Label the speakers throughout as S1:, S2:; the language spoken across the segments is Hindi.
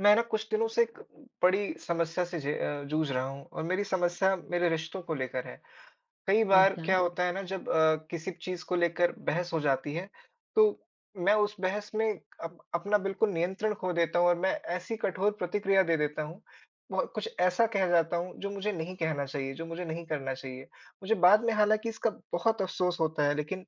S1: मैं ना कुछ दिनों से एक बड़ी समस्या से जूझ रहा हूँ और मेरी समस्या मेरे रिश्तों को लेकर है। कई बार
S2: अच्छा।
S1: क्या होता है ना जब किसी चीज को लेकर बहस हो जाती है, तो मैं उस बहस में अपना बिल्कुल नियंत्रण खो देता हूँ और मैं ऐसी कठोर प्रतिक्रिया दे देता हूँ, बहुत कुछ ऐसा कह जाता हूँ जो मुझे नहीं कहना चाहिए, जो मुझे नहीं करना चाहिए। मुझे बाद में हालांकि इसका बहुत अफसोस होता है, लेकिन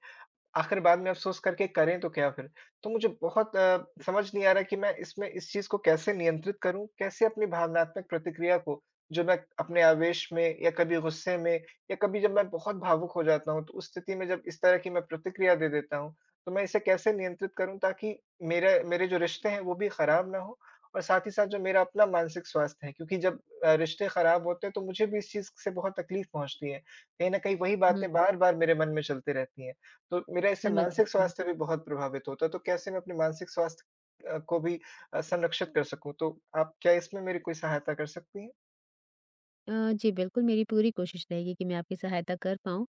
S1: आखिर बाद में अफ़सोस करके करें तो क्या फिर? तो मुझे बहुत समझ नहीं आ रहा कि मैं इसमें इस चीज़ को कैसे नियंत्रित करूँ? कैसे अपनी भावनात्मक प्रतिक्रिया को, जो मैं अपने आवेश में या कभी गुस्से में या कभी जब मैं बहुत भावुक हो जाता हूँ, तो उस स्थिति में जब इस तरह की मैं प्रतिक्रिया दे देता हूँ, तो मैं इसे कैसे नियंत्रित करूँ ताकि मेरे मेरे जो रिश्ते हैं वो भी ख़राब ना हो और साथ ही साथ जो मेरा अपना मानसिक स्वास्थ्य है, क्योंकि जब रिश्ते ख़राब होते हैं तो मुझे भी इस चीज़ से बहुत तकलीफ़ पहुँचती है। कहीं न कहीं वही
S2: हुँ।
S1: बातें बार-बार मेरे मन में चलती रहती हैं। तो मेरा इससे
S2: समझ
S1: मानसिक
S2: सकती हूँ।
S1: स्वास्थ्य भी बहुत प्रभावित होता है, तो कैसे मैं अपने मानसिक स्वास्थ्य को भी संरक्षित कर सकूँ? तो आप क्या इसमें मेरी कोई सहायता कर सकती हैं?
S2: जी, बिल्कुल मेरी पूरी कोशिश रहेगी कि मैं आपकी सहायता कर पाऊँ।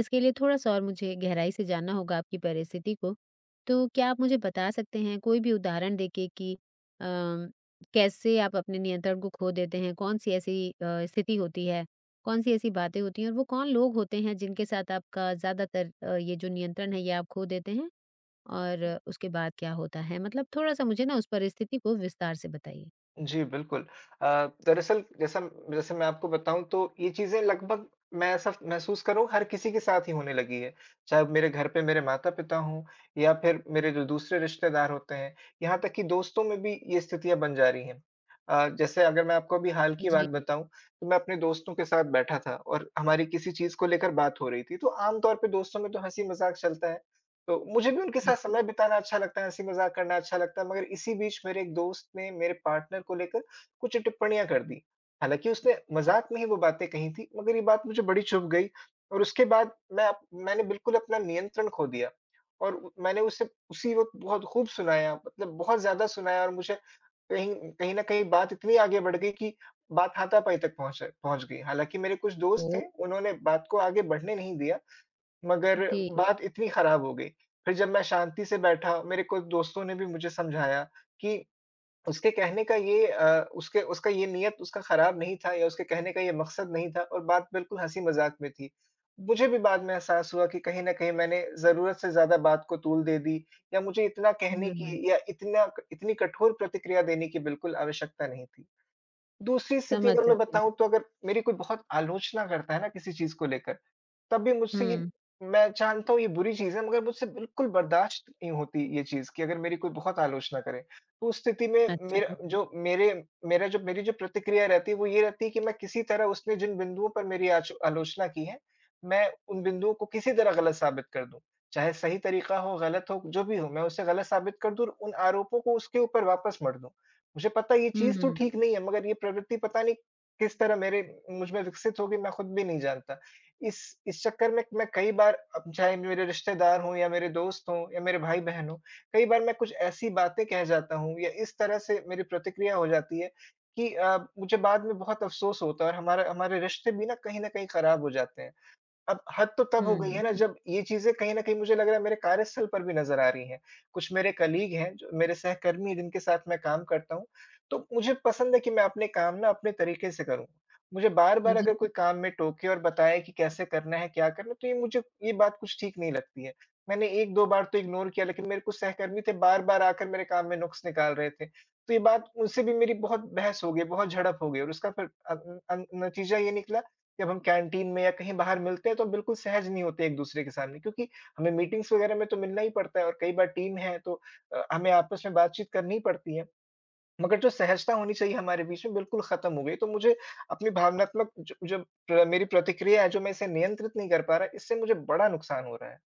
S2: इसके लिए थोड़ा-सा और मुझे गहराई से जानना होगा आपकी परिस्थिति को। तो क्या आप मुझे बता सकते हैं कोई भी उदाहरण देके कि अ, कैसे आप अपने नियंत्रण को खो देते हैं? कौन-सी ऐसी स्थिति होती है? कौन-सी ऐसी बातें होती हैं? और वो कौन लोग होते हैं जिनके साथ आपका ज़्यादातर ये जो नियंत्रण है ये आप खो देते हैं? और उसके बाद क्या होता है? मतलब थोड़ा-सा मुझे ना उस परिस्थिति को विस्तार से बताइए।
S1: जी, बिल्कुल। अ, दरअसल जैसा जैसे मैं आपको बताऊँ तो ये चीज़ें लगभग, मैं ऐसा महसूस कर रहा हूँ, हर किसी के साथ ही होने लगी है। चाहे मेरे घर पे मेरे माता-पिता हों या फिर मेरे जो दूसरे रिश्तेदार होते हैं, यहाँ तक कि दोस्तों में भी ये स्थितियाँ बन जा रही हैं। जैसे अगर मैं आपको अभी हाल की बात
S2: जी,
S1: बताऊँ, तो मैं अपने दोस्तों के साथ बैठा था और हमारी किसी चीज़ को लेकर बात हो रही थी। तो आम तौर पे दोस्तों में तो हँसी-मज़ाक चलता है। तो मुझे भी उनके साथ समय बिताना अच्छा लगता है, हँसी-मज़ाक करना अच्छा लगता है, मगर इसी बीच मेरे एक दोस्त ने मेरे पार्टनर को लेकर कुछ टिप्पणियाँ कर दी। हालाँकि उसने मज़ाक में ही वो बातें कही थी, मगर ये बात मुझे बड़ी चुभ गई और उसके बाद मैंने बिल्कुल अपना नियंत्रण खो दिया और उ मैंने उसे उसी वक़्त बहुत खूब सुनाया, मतलब बहुत ज़्यादा सुनाया और मुझे कहीं कहीं न कहीं बात इतनी आगे बढ़ गई कि बात हाथापाई तक पहुँच पहुँच गई। हालाँकि मेरे कुछ दोस्त
S2: बिल्कुल।
S1: थे, उन्होंने बात को आगे बढ़ने नहीं दिया, मगर
S2: जी।
S1: बात इतनी खराब हो गई। फिर जब मैं शांति से बैठा, मेरे कुछ दोस्तों ने भी मुझे समझाया कि उसके कहने का ये अ, उसके उसका ये नियत उसका खराब नहीं था या उसके कहने का ये मकसद नहीं था और बात बिल्कुल हँसी-मज़ाक में थी। मुझे भी बाद में एहसास हुआ कि कहीं न कहीं मैंने ज़रूरत से ज़्यादा बात को तूल दे दी या मुझे इतना कहने
S2: हुँ।
S1: की या इतना इतनी कठोर प्रतिक्रिया देने की बिल्कुल आवश्यकता नहीं थी। दूसरी स्थिति
S2: समझ
S1: अगर मैं
S2: सकती हूँ।
S1: बताऊँ, तो अगर मेरी कोई बहुत आलोचना करता है ना किसी चीज़ को लेकर, तब भी मुझसे ये,
S2: हुँ।
S1: मैं जानता हूँ ये बुरी चीज़ है, मगर मुझसे बिल्कुल बर्दाश्त नहीं होती ये चीज़ कि अगर मेरी कोई बहुत आलोचना करे। तो उस स्थिति में मेरा
S2: अच्छा।
S1: जो मेरे मेरा जो मेरी जो प्रतिक्रिया रहती है वो ये रहती है कि मैं किसी तरह उसने जिन बिंदुओं पर मेरी आच आलोचना की है, मैं उन बिंदुओं को किसी तरह गलत साबित कर दूँ। चाहे सही तरीका हो, गलत हो, जो भी हो, मैं उसे गलत साबित कर दूँ और उन आरोपों को उसके ऊपर वापस मढ़ दूँ। मुझे पता है ये चीज़ तो
S2: हुँ।
S1: ठीक नहीं है, मगर ये प्रवृत्ति पता नहीं किस तरह मेरे मुझ में विकसित होगी, मैं खुद भी नहीं जानता। इस इस चक्कर में मैं कई बार, अब चाहे मेरे रिश्तेदार हों या मेरे दोस्त हों या मेरे भाई-बहन हों, कई बार मैं कुछ ऐसी बातें कह जाता हूँ या इस तरह से मेरी प्रतिक्रिया हो जाती है कि मुझे बाद में बहुत अफ़सोस होता है और हमारा हमारे रिश्ते भी ना कहीं न कहीं खराब हो जाते हैं। अब हद तो तब हो गई
S2: हुँ।
S1: है ना, जब ये चीज़ें कहीं न कहीं मुझे लग रहा है मेरे कार्यस्थल पर भी नज़र आ रही हैं। कुछ मेरे कलीग हैं, जो मेरे सहकर्मी हैं, जिनके साथ मैं काम करता हूँ, तो मुझे पसंद है कि मैं अपने काम ना अपने तरीके से करूँ। मुझे बार-बार
S2: जी।
S1: अगर कोई काम में टोके और बताए कि कैसे करना है, क्या करना है, तो ये मुझे ये बात कुछ ठीक नहीं लगती है। मैंने 1-2 बार तो इग्नोर किया, लेकिन मेरे कुछ सहकर्मी थे बार-बार आकर मेरे काम में नुक्स निकाल रहे थे। तो ये बात उनसे भी मेरी बहुत बहस हो गई, बहुत झड़प हो गई और उसका फिर नतीजा ये निकला, जब हम कैंटीन में या कहीं बाहर मिलते हैं तो बिल्कुल सहज नहीं होते एक-दूसरे के सामने, क्योंकि हमें मीटिंग्स वगैरह में तो मिलना ही पड़ता है और कई बार टीम है तो हमें आपस में बातचीत करनी ही पड़ती है। मगर जो सहजता होनी चाहिए हमारे बीच में बिल्कुल ख़त्म हो गई। तो मुझे अपनी भावनात्मक जो जो प्र मेरी प्रतिक्रिया है जो, मैं इसे नियंत्रित नहीं कर पा रहा, इससे मुझे बड़ा नुकसान हो रहा है।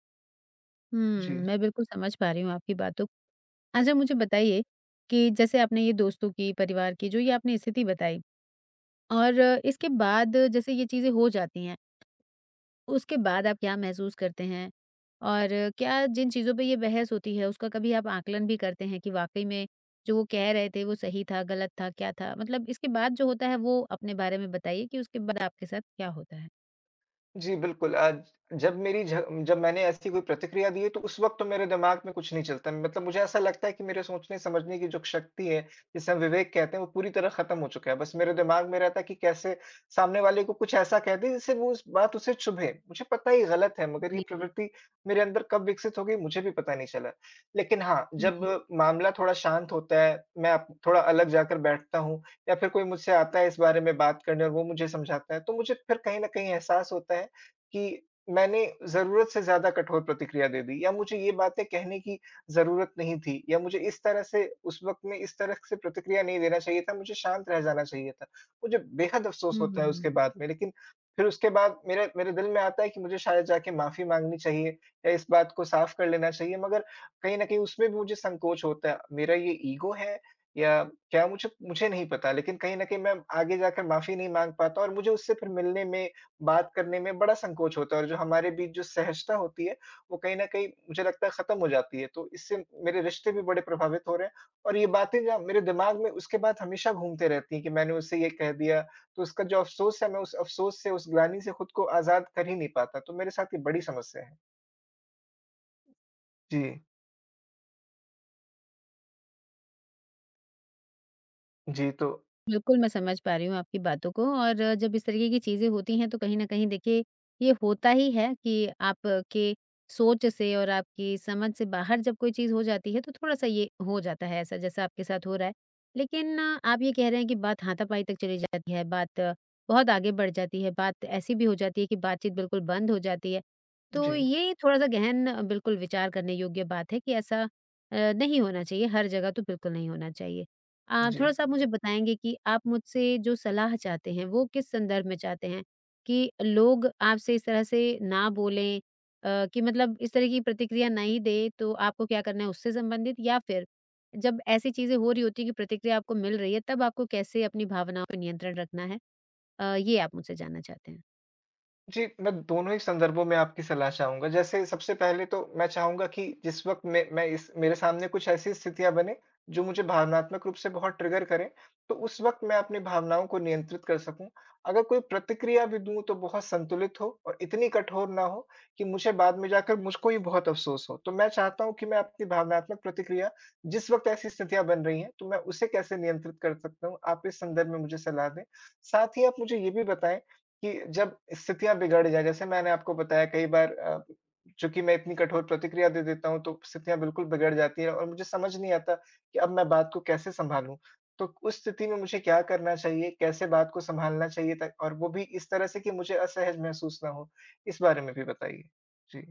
S2: हुँ।
S1: जी।
S2: मैं बिल्कुल समझ पा रही हूँ आपकी बातों को। अच्छा, मुझे बताइए कि जैसे आपने ये दोस्तों की, परिवार की जो ये आपने स्थिति बताई और इसके बाद जैसे ये चीज़ें हो जाती हैं, उसके बाद आप क्या महसूस करते हैं? और क्या जिन चीज़ों पे ये बहस होती है उसका कभी आप आकलन भी करते हैं कि वाक़ई में जो वो कह रहे थे वो सही था, गलत था, क्या था? मतलब इसके बाद जो होता है वो अपने बारे में बताइए कि उसके बाद आपके साथ क्या होता है?
S1: जी, बिल्कुल। जब मेरी झ जब मैंने ऐसी कोई प्रतिक्रिया दी है तो उस वक़्त तो मेरे दिमाग में कुछ नहीं चलता। मतलब मुझे ऐसा लगता है कि मेरे सोचने-समझने की जो शक्ति है, जिसे हम विवेक कहते हैं, वो पूरी तरह ख़त्म हो चुका है। बस मेरे दिमाग में रहता है कि कैसे सामने वाले को कुछ ऐसा कह दें जिससे वो उस बात उसे चुभे। मुझे पता है ये गलत है, मगर ये प्रवृत्ति मेरे अंदर कब विकसित हो गई, मुझे भी पता नहीं चला। लेकिन हाँ, जब
S2: हुँ।
S1: मामला थोड़ा शांत होता है, मैं अप थोड़ा अलग जाकर बैठता हूँ या फिर कोई मुझसे आता है इस बारे में बात करने और वो मुझे समझाता है, तो मुझे फिर कहीं न कहीं एहसास होता है कि मैंने ज़रूरत से ज़्यादा कठोर प्रतिक्रिया दे दी या मुझे ये बातें कहने की ज़रूरत नहीं थी या मुझे इस तरह से उस वक़्त में इस तरह से प्रतिक्रिया नहीं देना चाहिए था, मुझे शांत रह जाना चाहिए था। मुझे बेहद अफ़सोस होता है
S2: हुँ।
S1: उसके बाद में, लेकिन फिर उसके बाद मेरे मेरे दिल में आता है कि मुझे शायद जाके माफ़ी माँगनी चाहिए या इस बात को साफ़ कर लेना चाहिए, मगर कहीं न कहीं उसमें भी मुझे संकोच होता है। मेरा ये ईगो है या क्या मुझे मुझे नहीं पता, लेकिन कहीं न कहीं मैं आगे जाकर माफ़ी नहीं माँग पाता और मुझे उससे फिर मिलने में, बात करने में बड़ा संकोच होता है और जो हमारे बीच जो सहजता होती है, वो कहीं न कहीं मुझे लगता है खत्म हो जाती है। तो इससे मेरे रिश्ते भी बड़े प्रभावित हो रहे हैं और ये बातें ना मेरे दिमाग में उसके बाद हमेशा घूमते रहती हैं कि मैंने उसे ये कह दिया, तो उसका जो अफ़सोस है, मैं उस अफ़सोस से, उस ग्लानि से खुद को आज़ाद कर ही नहीं पाता। तो मेरे साथ ये बड़ी समस्या है। जी। जी, तो।
S2: बिल्कुल, मैं समझ पा रही हूँ आपकी बातों को और जब इस तरीके की चीज़ें होती हैं तो कहीं न कहीं देखिए ये होता ही है कि आपके सोच से और आपकी समझ से बाहर जब कोई चीज़ हो जाती है तो थोड़ा-सा ये हो जाता है ऐसा जैसा आपके साथ हो रहा है। लेकिन आप ये कह रहे हैं कि बात हाथापाई तक चली जाती है, बात बहुत आगे बढ़ जाती है, बात ऐसी भी हो जाती है कि बातचीत बिल्कुल बंद हो जाती है। तो
S1: जी,
S2: ये थोड़ा-सा गहन बिल्कुल विचार करने योग्य बात है कि ऐसा नहीं होना चाहिए, हर जगह तो बिल्कुल नहीं होना चाहिए।
S1: जी।
S2: थोड़ा-सा आप मुझे बताएँगे कि आप मुझसे जो सलाह चाहते हैं, वो किस संदर्भ में चाहते हैं? कि लोग आपसे इस तरह से ना बोलें, कि मतलब इस तरह की प्रतिक्रिया नहीं दें, तो आपको क्या करना है उससे संबंधित? या फिर जब ऐसी चीज़ें हो रही होती हैं कि प्रतिक्रिया आपको मिल रही है, तब आपको कैसे अपनी भावनाओं पे नियंत्रण रखना है? ये आप मुझसे जानना चाहते हैं।
S1: जी, मैं दोनों ही संदर्भों में आपकी सलाह चाहूँगा। जैसे सबसे पहले तो मैं चाहूँगा कि जिस वक़्त मैं इस मेरे सामने कुछ ऐसी स्थितियाँ बने, जो मुझे भावनात्मक रूप से बहुत ट्रिगर करें, तो उस वक़्त मैं अपनी भावनाओं को नियंत्रित कर सकूँ। अगर कोई प्रतिक्रिया भी दूँ तो बहुत संतुलित हो और इतनी कठोर ना हो कि मुझे बाद में जाकर मुझको ही बहुत अफ़सोस हो। तो मैं चाहता हूँ कि मैं अपनी भावनात्मक प्रतिक्रिया, जिस वक़्त ऐसी स्थितियाँ बन रही हैं, तो मैं उसे कैसे नियंत्रित कर सकता हूँ? आप इस संदर्भ में मुझे सलाह दें। साथ ही आप मुझे ये भी बताएँ कि जब स्थितियाँ बिगड़ जाए, जैसे मैंने आपको बताया कई बार, चूँकि मैं इतनी कठोर प्रतिक्रिया दे देता हूँ, तो स्थितियाँ बिल्कुल बिगड़ जाती हैं और मुझे समझ नहीं आता कि अब मैं बात को कैसे सँभालूँ? तो उस स्थिति में मुझे क्या करना चाहिए? कैसे बात को सँभालना चाहिए ता, और वो भी इस तरह से कि मुझे असहज महसूस ना हो? इस बारे में भी बताइए। जी,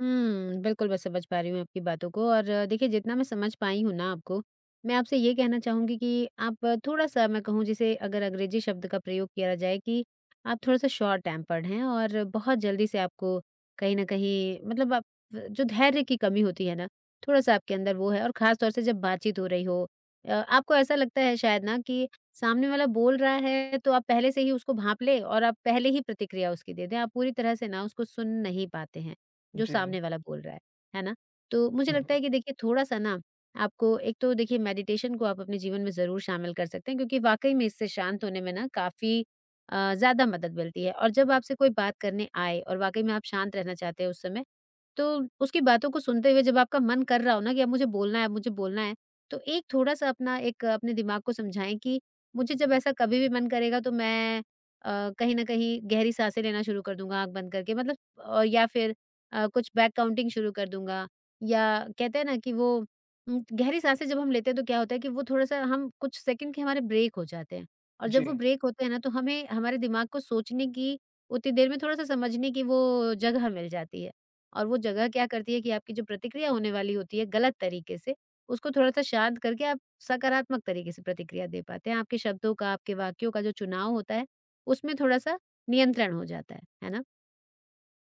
S2: बिल्कुल मैं समझ पा रही हूँ आपकी बातों को और देखिए जितना मैं समझ पाई हूँ ना आपको, मैं आपसे ये कहना चाहूँगी कि आप थोड़ा-सा, मैं कहूँ जिसे, अगर अंग्रेजी शब्द का प्रयोग किया जाए कि आप थोड़ा-सा शॉर्ट टेम्पर्ड हैं और बहुत जल्दी से आपको कहीं न कहीं, मतलब आप, जो धैर्य की कमी होती है ना, थोड़ा-सा आपके अंदर वो है। और ख़ास तौर से जब बातचीत हो रही हो आपको ऐसा लगता है शायद ना कि सामने वाला बोल रहा है तो आप पहले से ही उसको भाँप लें और आप पहले ही प्रतिक्रिया उसकी दे दें, आप पूरी तरह से ना उसको सुन नहीं पाते हैं। जो
S1: जी।
S2: सामने वाला बोल रहा है ना? तो मुझे
S1: हुँ,
S2: लगता
S1: हुँ।
S2: है कि देखिए, थोड़ा-सा ना, आपको एक तो देखिए मेडिटेशन को आप अपने जीवन में ज़रूर शामिल कर सकते हैं, क्योंकि वाक़ई में इससे शांत होने में ना काफ़ी ज़्यादा मदद मिलती है। और जब आपसे कोई बात करने आए और वाक़ई में आप शांत रहना चाहते हैं उस समय, तो उसकी बातों को सुनते हुए जब आपका मन कर रहा हो ना कि अब मुझे बोलना है, अब मुझे बोलना है, तो एक थोड़ा-सा अपना, एक अपने दिमाग को समझाएँ कि मुझे जब ऐसा कभी भी मन करेगा तो मैं कहीं न कहीं गहरी साँसें लेना शुरू कर दूँगा आँख बंद करके, मतलब या फिर कुछ बैक काउंटिंग शुरू कर दूँगा। या कहते हैं ना कि वो गहरी साँसें जब हम लेते हैं तो क्या होता है कि वो थोड़ा-सा हम कुछ सेकंड के हमारे ब्रेक हो जाते हैं, और
S1: जी,
S2: जब वो ब्रेक होते हैं ना तो हमें, हमारे दिमाग को सोचने की उतनी देर में थोड़ा-सा समझने की वो जगह मिल जाती है। और वो जगह क्या करती है कि आपकी जो प्रतिक्रिया होने वाली होती है गलत तरीके से, उसको थोड़ा-सा शांत करके आप सकारात्मक तरीके से प्रतिक्रिया दे पाते हैं। आपके शब्दों का, आपके वाक्यों का जो चुनाव होता है, उसमें थोड़ा-सा नियंत्रण हो जाता है। है ना?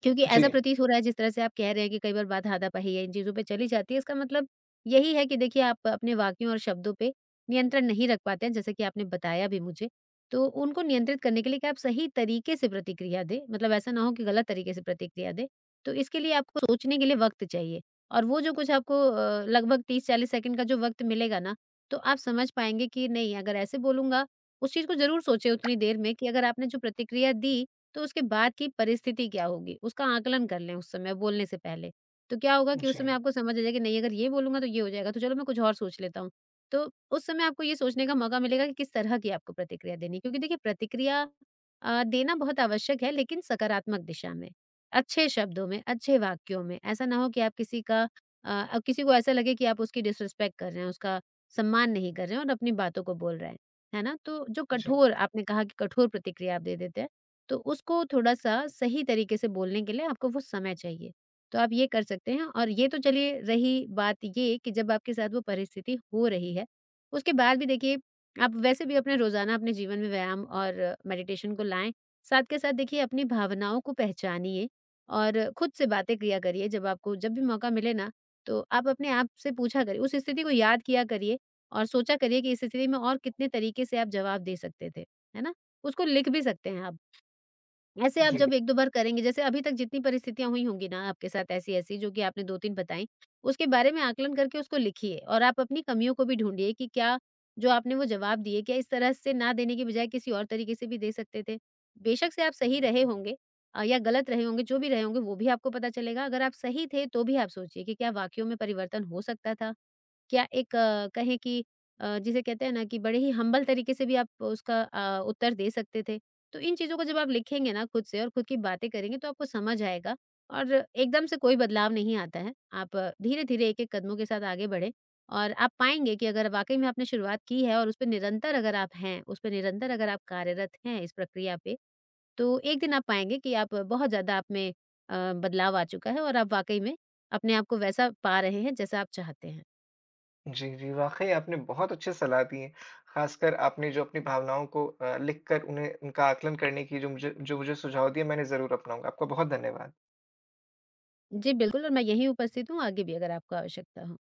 S2: क्योंकि
S1: जी,
S2: ऐसा प्रतीत हो रहा है जिस तरह से आप कह रहे हैं कि कई बार बात हाथापाई या इन चीज़ों पे चली जाती है, इसका मतलब यही है कि देखिए आप अपने वाक्यों और शब्दों पे नियंत्रण नहीं रख पाते हैं, जैसा कि आपने बताया भी मुझे। तो उनको नियंत्रित करने के लिए क्या आप सही तरीके से प्रतिक्रिया दें, मतलब ऐसा ना हो कि गलत तरीके से प्रतिक्रिया दें। तो इसके लिए आपको सोचने के लिए वक़्त चाहिए, और वो जो कुछ आपको लगभग 30-40 सेकंड का जो वक़्त मिलेगा ना, तो आप समझ पाएँगे कि नहीं, अगर ऐसे बोलूँगा, उस चीज़ को ज़रूर सोचें उतनी देर में कि अगर आपने जो प्रतिक्रिया दी तो उसके बाद की परिस्थिति क्या होगी, उसका आकलन कर लें उस समय बोलने से पहले। तो क्या होगा कि उस
S1: जी,
S2: समय आपको समझ आ जाएगा कि नहीं, अगर ये बोलूँगा तो ये हो जाएगा, तो चलो मैं कुछ और सोच लेता हूँ। तो उस समय आपको ये सोचने का मौका मिलेगा कि किस तरह की आपको प्रतिक्रिया देनी है, क्योंकि देखिए प्रतिक्रिया देना बहुत आवश्यक है, लेकिन सकारात्मक दिशा में, अच्छे शब्दों में, अच्छे वाक्यों में। ऐसा ना हो कि आप किसी का किसी को ऐसा लगे कि आप उसकी डिसरिस्पेक्ट कर रहे हैं, उसका सम्मान नहीं कर रहे हैं और अपनी बातों को बोल रहे हैं, है ना? तो जो
S1: जी,
S2: कठोर आपने कहा कि कठोर प्रतिक्रिया आप दे देते हैं, तो उसको थोड़ा-सा सही तरीके से बोलने के लिए आपको वो समय चाहिए। तो आप ये कर सकते हैं। और ये तो चलिए रही बात ये कि जब आपके साथ वो परिस्थिति हो रही है, उसके बाद भी देखिए आप वैसे भी अपने रोज़ाना, अपने जीवन में व्यायाम और मेडिटेशन को लाएँ। साथ के साथ देखिए अपनी भावनाओं को पहचानिए और खुद से बातें किया करिए। जब आपको, जब भी मौका मिले ना, तो आप अपने आप से पूछा करिए, उस स्थिति को याद किया करिए और सोचा करिए कि इस स्थिति में और कितने तरीके से आप जवाब दे सकते थे, है ना? उसको लिख भी सकते हैं आप। ऐसे आप
S1: जी।
S2: जब 1-2 बार करेंगे, जैसे अभी तक जितनी परिस्थितियाँ हुई होंगी ना आपके साथ ऐसी-ऐसी, जो कि आपने 2-3 बताई, उसके बारे में आकलन करके उसको लिखिए और आप अपनी कमियों को भी ढूँढिए कि क्या जो आपने वो जवाब दिए, क्या इस तरह से ना देने के बजाय किसी और तरीके से भी दे सकते थे? बेशक से आप सही रहे होंगे या गलत रहे होंगे, जो भी रहे होंगे वो भी आपको पता चलेगा। अगर आप सही थे तो भी आप सोचिए कि क्या वाक़ई में परिवर्तन हो सकता था? क्या एक कहें कि जिसे कहते हैं ना कि बड़े ही हम्बल तरीके से भी आप उसका उत्तर दे सकते थे। तो इन चीज़ों को जब आप लिखेंगे ना खुद से और खुद की बातें करेंगे तो आपको समझ आएगा। और एकदम से कोई बदलाव नहीं आता है। आप धीरे-धीरे, एक-एक कदमों के साथ आगे बढ़ें और आप पाएँगे कि अगर वाक़ई में आपने शुरुआत की है और उस पे निरंतर अगर आप हैं, उस पे निरंतर अगर आप कार्यरत हैं इस प्रक्रिया पे, तो एक दिन आप पाएँगे कि आप, बहुत ज़्यादा आप में बदलाव आ चुका है और आप वाक़ई में अपने आप को वैसा पा रहे हैं जैसा आप चाहते हैं।
S1: जी, जी, वाक़ई आपने बहुत अच्छी सलाह दी है। ख़ासकर आपने जो अपनी भावनाओं को लिखकर उन्हें उनका आकलन करने की जो मुझे सुझाव दिए, मैंने ज़रूर अपनाऊँगा। आपका बहुत धन्यवाद।
S2: जी, बिल्कुल। और मैं यहीं उपस्थित हूँ, आगे भी अगर आपको आवश्यकता हो।